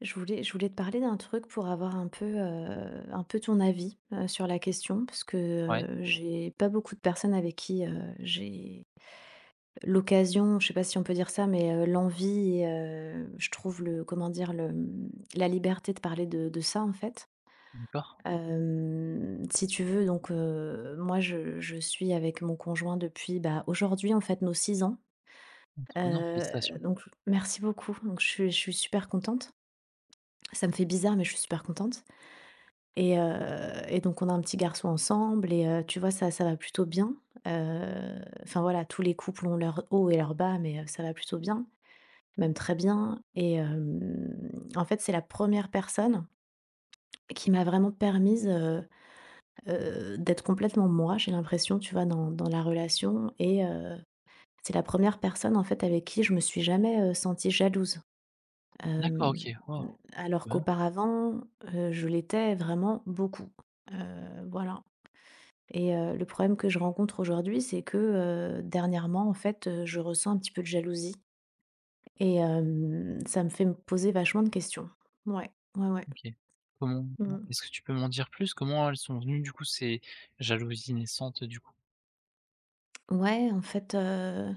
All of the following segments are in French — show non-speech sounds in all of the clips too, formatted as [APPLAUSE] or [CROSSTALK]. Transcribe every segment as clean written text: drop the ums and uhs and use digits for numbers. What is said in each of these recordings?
Je voulais te parler d'un truc pour avoir un peu ton avis, sur la question parce que, Ouais, j'ai pas beaucoup de personnes avec qui, j'ai l'occasion, je sais pas si on peut dire ça, mais, l'envie et je trouve, le comment dire? La liberté de parler de ça, en fait. d'accord. Si tu veux, donc, moi je suis avec mon conjoint depuis, bah, aujourd'hui, en fait, nos 6 ans. Oh, trop bien, Heu, félicitations. donc merci beaucoup, donc je suis super contente. Ça me fait bizarre, mais je suis super contente. Et heu et donc, on a un petit garçon ensemble et, tu vois, ça va plutôt bien. Enfin voilà, tous les couples ont leurs hauts et leurs bas, mais, ça va plutôt bien, même très bien et, en fait, c'est la première personne qui m'a vraiment permise, d'être complètement moi, j'ai l'impression, tu vois, dans la relation et, c'est la première personne, en fait, avec qui je me suis jamais, sentie jalouse. D'accord, Hem, OK. Wow. alors Trop bien, qu'auparavant, je l'étais vraiment beaucoup. Voilà. Et le problème que je rencontre aujourd'hui, c'est que, dernièrement, en fait, je ressens un petit peu de jalousie et, ça me fait me poser vachement de questions. Ouais, ouais, ouais. OK. Comment Mmh. est-ce que tu peux m'en dire plus? Comment elles sont venues, du coup, ces jalousies naissantes, du coup? Ouais, en fait,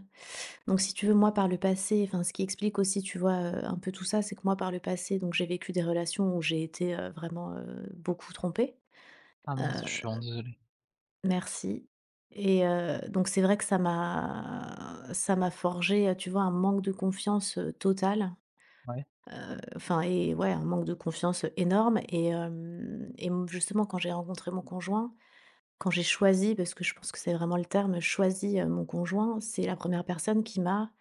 donc si tu veux, moi, par le passé, enfin, ce qui explique aussi, tu vois, un peu tout ça, c'est que moi, par le passé, donc j'ai vécu des relations où j'ai été, vraiment, beaucoup trompée. Ah Heu, mince, je suis vraiment désolé. merci et, donc c'est vrai que ça m'a forgé, tu vois, un manque de confiance, total. Ouais, Enfin et ouais, un manque de confiance énorme et, hem et m justement quand j'ai rencontré mon conjoint, quand j'ai choisi, parce que je pense que c'est vraiment le terme, choisi, mon conjoint, c'est la première personne qui m'a,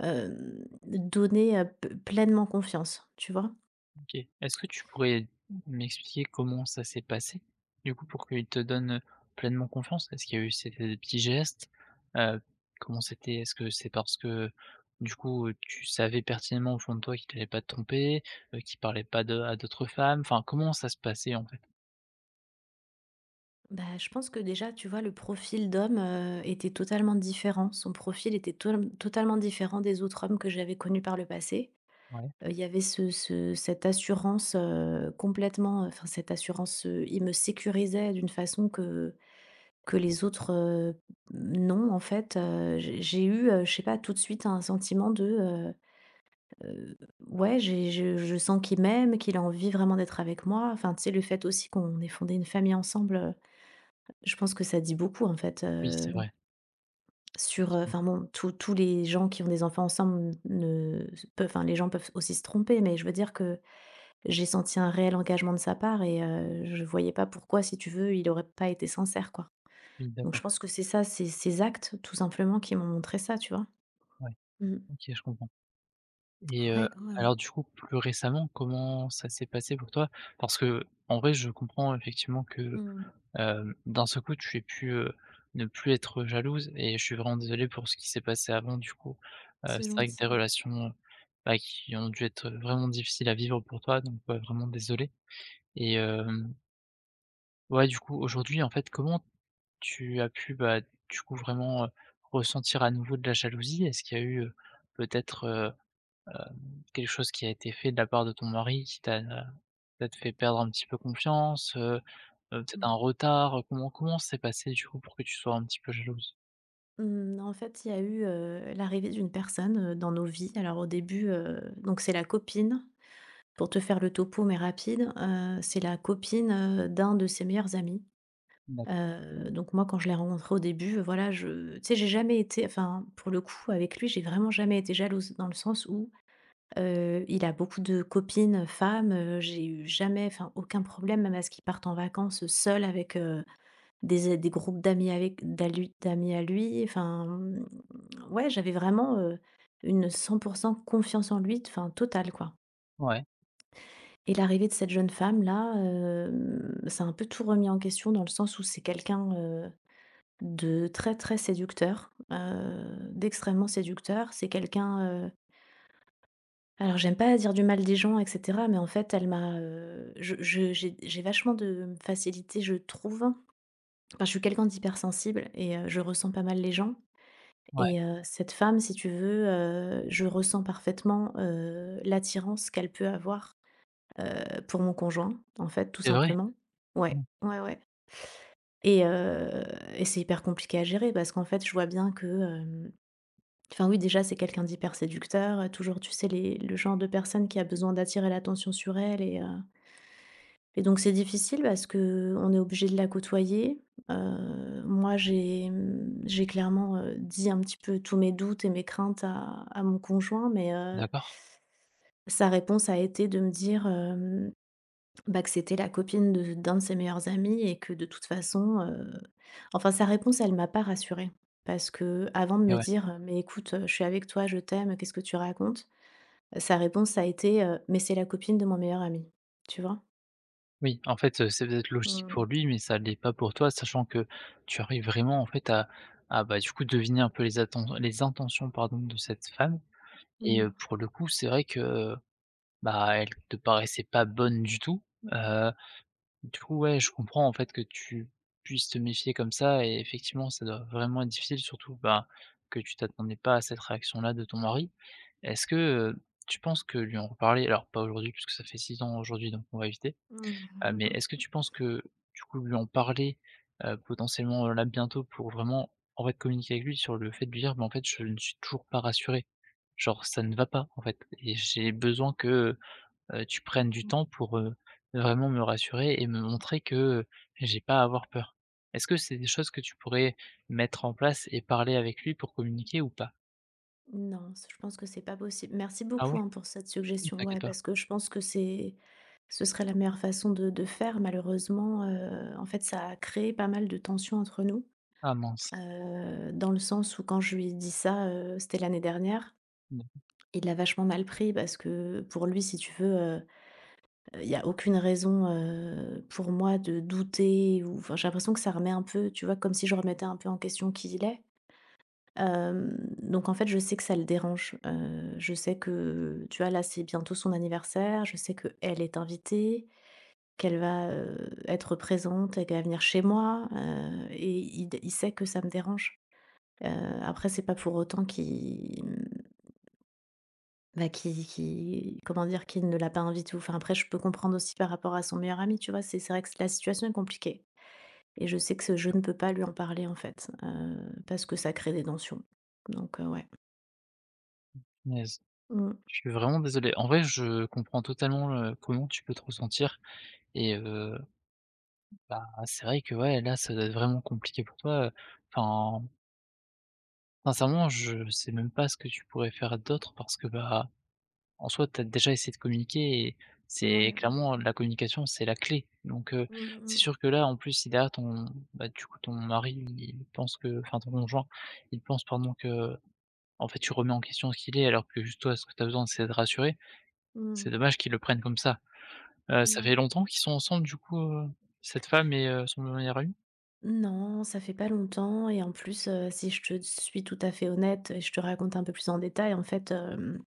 donné, p pleinement confiance, tu vois? OK. Est-ce que tu pourrais m'expliquer comment ça s'est passé, du coup, pour qu'ils te donnent pleinement confiance? Est-ce qu'il y a eu ces des petits gestes? Heu, Comment c'était? Est-ce que c'est parce que, du coup, tu savais pertinemment au fond de toi qu'il allait pas te tromper, qu'il parlait pas de à d'autres femmes? Enfin, comment ça se passait, en fait? Bah, je pense que déjà, tu vois, le profil d'homme, était totalement différent. Son profil était tolem totalement différent des autres hommes que j'avais connus par le passé. Ouais. Il y avait ce ce cette assurance, complètement, enfin, cette assurance, il me sécurisait d'une façon que les autres, non, en fait, j'ai eu, je sais pas, tout de suite un sentiment de, heu, ouais, j'ai je sens qu'il m'aime, qu'il a envie vraiment d'être avec moi. Enfin, tu sais, le fait aussi qu'on ait fondé une famille ensemble, je pense que ça dit beaucoup, en fait, Oui, c'est vrai, sur, effectivement. enfin bon, tous les gens qui ont des enfants ensemble ne peuvent, enfin, les gens peuvent aussi se tromper, mais je veux dire que j'ai senti un réel engagement de sa part et, je voyais pas pourquoi, si tu veux, il aurait pas été sincère, quoi. Oui, Donc je d'accord, pense que c'est ça, c'est ses actes, tout simplement, qui m'ont montré ça, tu vois? ouais. Mmh. OK, je comprends et Ouais, ouais, alors ouais. du coup, plus récemment, comment ça s'est passé pour toi? Parce que en vrai, je comprends effectivement que, Mmh. hem, d'un seul coup, tu aies pu, ne plus être jalouse et je suis vraiment désolé pour ce qui s'est passé avant du coup. C'est C'est vrai que des gentil. relations, bah, qui ont dû être vraiment difficiles à vivre pour toi, donc, ouais, vraiment désolé et hem, ouais, du coup, aujourd'hui, en fait, comment tu as pu, bah, du coup, vraiment, ressentir à nouveau de la jalousie? Est-ce qu'il y a eu, peut-être, hem, quelque chose qui a été fait de la part de ton mari qui t'a peut-être fait perdre un petit peu confiance, peut-être Mmh. un retard? Comment s'est passé, du coup, pour que tu sois un petit peu jalouse? Mmh, en fait, il y a eu, l'arrivée d'une personne, dans nos vies. Alors au début, donc c'est la copine, pour te faire le topo, mais rapide, c'est la copine, d'un de ses meilleurs amis. D'ac, Donc moi, quand je l'ai rencontré au début, voilà, je tu sais, j'ai jamais été, enfin, pour le coup, avec lui, j'ai vraiment jamais été jalouse, dans le sens où, il a beaucoup de copines, femmes, j'ai eu jamais, enfin, aucun problème, même à ce qu'il parte en vacances, seul avec, des groupes d'amis, avec d'amis à lui, enfin, mmh, ouais, j'avais vraiment, une 100% confiance en lui, enfin, totale, quoi. ouais, Et l'arrivée de cette jeune femme-là, ça a un peu tout remis en question, dans le sens où c'est quelqu'un de très, très séducteur, d'extrêmement séducteur. C'est quelqu'un, alors j'aime pas dire du mal des gens et cetera, mais en fait, elle m'a, je j'ai vachement de facilité, je trouve. Enfin, je suis quelqu'un d'hypersensible et, je ressens pas mal les gens ouais, et, cette femme, si tu veux, je ressens parfaitement, l'attirance qu'elle peut avoir, pour mon conjoint, en fait, tout c'est vrai? simplement. Mmh, Ouais, ouais, ouais, et heu et c'est hyper compliqué à gérer, parce qu'en fait, je vois bien que, enfin, oui, déjà, c'est quelqu'un d'hyper séducteur, toujours, tu sais, les le genre de personne qui a besoin d'attirer l'attention sur elle, et donc c'est difficile, parce que on est obligé de la côtoyer. Moi, j'ai, j'ai clairement, dit un petit peu tous mes doutes et mes craintes à mon conjoint, mais, d'accord, sa réponse a été de me dire, bah, que c'était la copine de d'un de ses meilleurs amis et que, de toute façon, enfin, sa réponse, elle m'a pas rassurée, parce que avant de et me ouais. dire: «Mais écoute, je suis avec toi, je t'aime, qu'est-ce que tu racontes?», sa réponse a été: «Mais c'est la copine de mon meilleur ami». Tu vois? Oui, en fait, c'est peut-être logique pour Mmh. lui, mais ça l'est pas pour toi, sachant que tu arrives vraiment, en fait, à, bah, du coup, deviner un peu les atten les intentions, pardon, de cette femme. Et Mmh. pour le coup, c'est vrai que, bah, elle te paraissait pas bonne du tout. Heu, du coup, ouais, je comprends en fait que tu puisses te méfier comme ça et effectivement, ça doit vraiment être difficile, surtout, bah, que tu t'attendais pas à cette réaction-là de ton mari. Est-ce que, tu penses que lui en reparler alors pas aujourd'hui puisque ça fait 6 ans aujourd'hui, donc on va éviter, Mmh. mais est-ce que [LAUGHS] tu penses que du coup lui en parler, potentiellement, là bientôt pour vraiment en fait communiquer avec lui sur le fait de lui dire: «Bah, en fait, je ne suis toujours pas rassurée». Genre ça ne va pas, en fait et j'ai besoin que, tu prennes du temps pour, vraiment me rassurer et me montrer que j'ai pas à avoir peur. Est-ce que c'est des choses que tu pourrais mettre en place et parler avec lui pour communiquer ou pas? Non, c je pense que c'est pas possible. Merci Ah beaucoup, ouais? hein, pour cette Oui, suggestion. t'inquiète Ouais, pas. parce que je pense que c'est ce serait la meilleure façon de faire, malheureusement, en fait, ça a créé pas mal de tensions entre nous, Ah mince. Dans le sens où, quand je lui ai dit ça, c'était l'année dernière, Bah, il l'a vachement mal pris, parce que pour lui, si tu veux, il y a aucune raison, pour moi, de douter, ou enfin, j'ai l'impression que ça remet un peu, tu vois, comme si je remettais un peu en question qui il est. Hem, donc en fait, je sais que ça le dérange. Je sais que, tu vois, là, c'est bientôt son anniversaire. Je sais qu'elle est invitée, qu'elle va, être présente et qu'elle va venir chez moi, et il sait que ça me dérange. Heu, après, c'est pas pour autant qu'il bah, qui qui, comment dire? Qui ne l'a pas invité, ou enfin, après, je peux comprendre aussi par rapport à son meilleur ami, tu vois? C'est vrai que la situation est compliquée et je sais que ce je ne peux pas lui en parler, en fait, parce que ça crée des tensions. Donc, ouais. punaise. Mmh. Je suis vraiment désolé. En vrai, je comprends totalement, comment tu peux te ressentir et bah, c'est vrai que, ouais, là, ça doit être vraiment compliqué pour toi, enfin, sincèrement, je sais même pas ce que tu pourrais faire d'autre parce que, bah, en soi, tu as déjà essayé de communiquer et c'est Ouais, ouais, clairement la ouais. communication, c'est la clé. Donc, Mmh mh, c'est mmh. sûr que là, en plus, si derrière ton bah, du coup, ton mari, il pense que enfin, ton conjoint, il pense, pardon, que, en fait, tu remets en question ce qu'il est, alors que juste toi, ce que tu as besoin, c'est de rassurer. C'est Mmh. dommage qu'ils le prennent comme ça. Ça fait longtemps qu'ils sont ensemble, du coup, cette femme et son meilleur ami? Non, ça fait pas longtemps et en plus, si je te suis tout à fait honnête et je te raconte un peu plus en détail, en fait,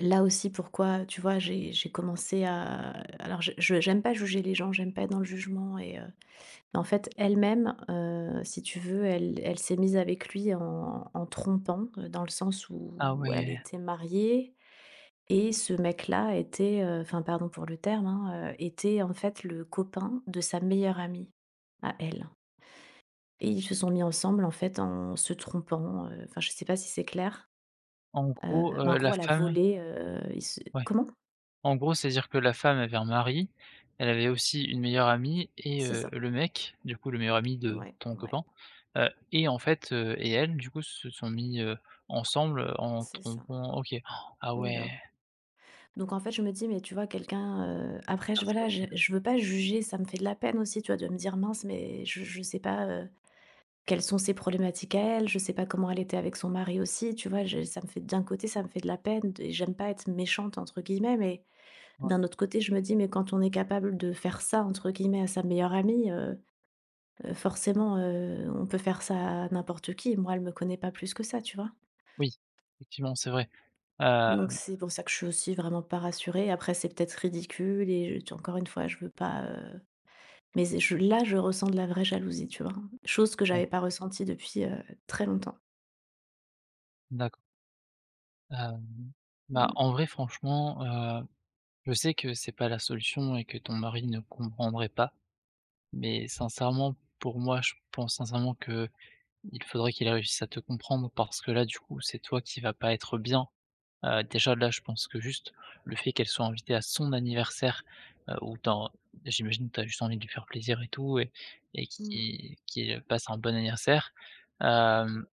là aussi, pourquoi, tu vois? J'ai commencé à alors je j'aime pas juger les gens, j'aime pas être dans le jugement et, en fait, elle-même, si tu veux, elle s'est mise avec lui en trompant, dans le sens Ah où elle ouais, était mariée, et ce mec-là était, enfin, pardon pour le terme, hein, était en fait le copain de sa meilleure amie à elle, et ils se sont mis ensemble, en fait, en se trompant, enfin, je sais pas si c'est clair, en gros, mais en la gros, elle a femme, volé, il se, ouais. comment? En gros, c'est-à-dire que la femme avait un mari, elle avait aussi une meilleure amie et C'est ça, le mec, du coup, le meilleur ami de ouais, ton ouais, copain, et en fait, et elle, du coup, se sont mis, ensemble, en c'est ça, trompant. OK. Ah ouais, voilà. Donc en fait, je me dis: «Mais tu vois, quelqu'un», après, je voilà, personne, je veux pas juger, ça me fait de la peine aussi, tu vois, de me dire: «Mince, mais je sais pas, quelles sont ses problématiques à elle, je sais pas comment elle était avec son mari aussi», tu vois? Je ça me fait, d'un côté, ça me fait de la peine et j'aime pas être «méchante» entre guillemets, mais ouais. d'un autre côté, je me dis: «Mais quand on est capable de faire ça» entre guillemets, à sa meilleure amie, forcément, on peut faire ça à n'importe qui. Moi, elle me connaît pas plus que ça, tu vois? Oui, effectivement, c'est vrai. Heu, Donc c'est pour ça que je suis aussi vraiment pas rassurée. Après, c'est peut-être ridicule et encore une fois, je veux pas. Mais là, je ressens de la vraie jalousie, tu vois. Chose que ouais, j'avais pas ressentie depuis, très longtemps. d'accord. Hem, bah, Mm. en vrai, franchement, heu, je sais que c'est pas la solution et que ton mari ne comprendrait pas, mais sincèrement, pour moi, je pense sincèrement que Il faudrait qu'il réussisse à te comprendre parce que là, du coup, c'est toi qui va pas être bien. Déjà là, je pense que juste le fait qu'elle soit invitée à son anniversaire, où tu en, j'imagine que tu as juste envie de lui faire plaisir et tout et Mm. qu'il qu'il passe un bon anniversaire. Hem,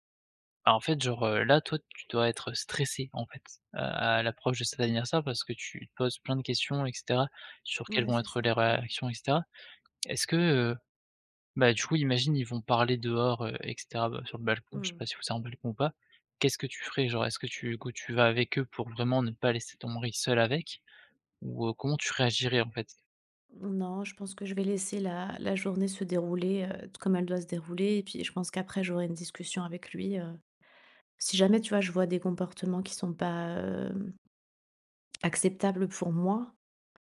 en fait, genre, là, toi, tu dois être stressé en fait, à l'approche de cet anniversaire parce que tu te poses plein de questions et cetera, sur quelles Ouais, vont c'est être ça. les Ouais. réactions et cetera. Est-ce que, bah, du coup, imagine, ils vont parler dehors, et cetera, bah, sur le balcon, je sais pas Mm. si vous avez un balcon ou pas. Qu'est-ce que tu ferais? Genre, est-ce que tu du coup, tu vas avec eux pour vraiment ne pas laisser ton mari seul avec? Ou, comment tu réagirais, en fait? Non, je pense que je vais laisser la journée se dérouler, comme elle doit se dérouler. Et puis, je pense qu'après, j'aurai une discussion avec lui. Si jamais, tu vois, je vois des comportements qui sont pas, acceptables pour moi,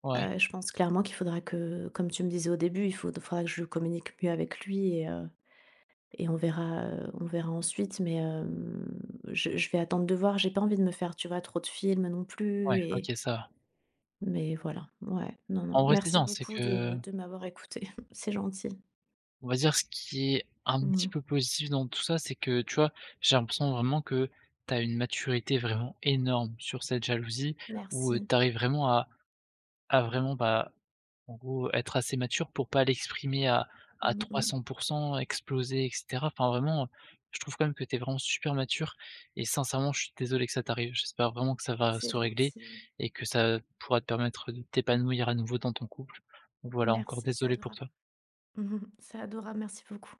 Ouais, je pense clairement qu'il faudra que, comme tu me disais au début, il faudra que je communique mieux avec lui, et on verra ensuite, mais, je vais attendre de voir. J'ai pas envie de me faire, tu vois, trop de films non ouais, plus et, OK, ça va. mais voilà, ouais, non, non. En vrai, c'est Merci bien, c'est beaucoup de qu'on de m'avoir écoutée. [LAUGHS] C'est gentil. va dire ce qui est un petit Mmh. peu positif dans tout ça, c'est que, tu vois, j'ai l'impression vraiment que t'as une maturité vraiment énorme sur cette jalousie où, Merci. tu vraiment à vraiment, bah en gros, être assez mature pour pas l'exprimer à Mmh trois mh. cents pour cent, exploser et cetera. Enfin vraiment, je trouve quand même que tu es vraiment super mature et sincèrement, je suis désolé que ça t'arrive. J'espère vraiment que ça va C'est se régler gentil. et que ça pourra te permettre de t'épanouir à nouveau dans ton couple. Donc voilà, encore Merci, c'est désolé pour adorable. toi. [LAUGHS] C'est adorable, merci beaucoup.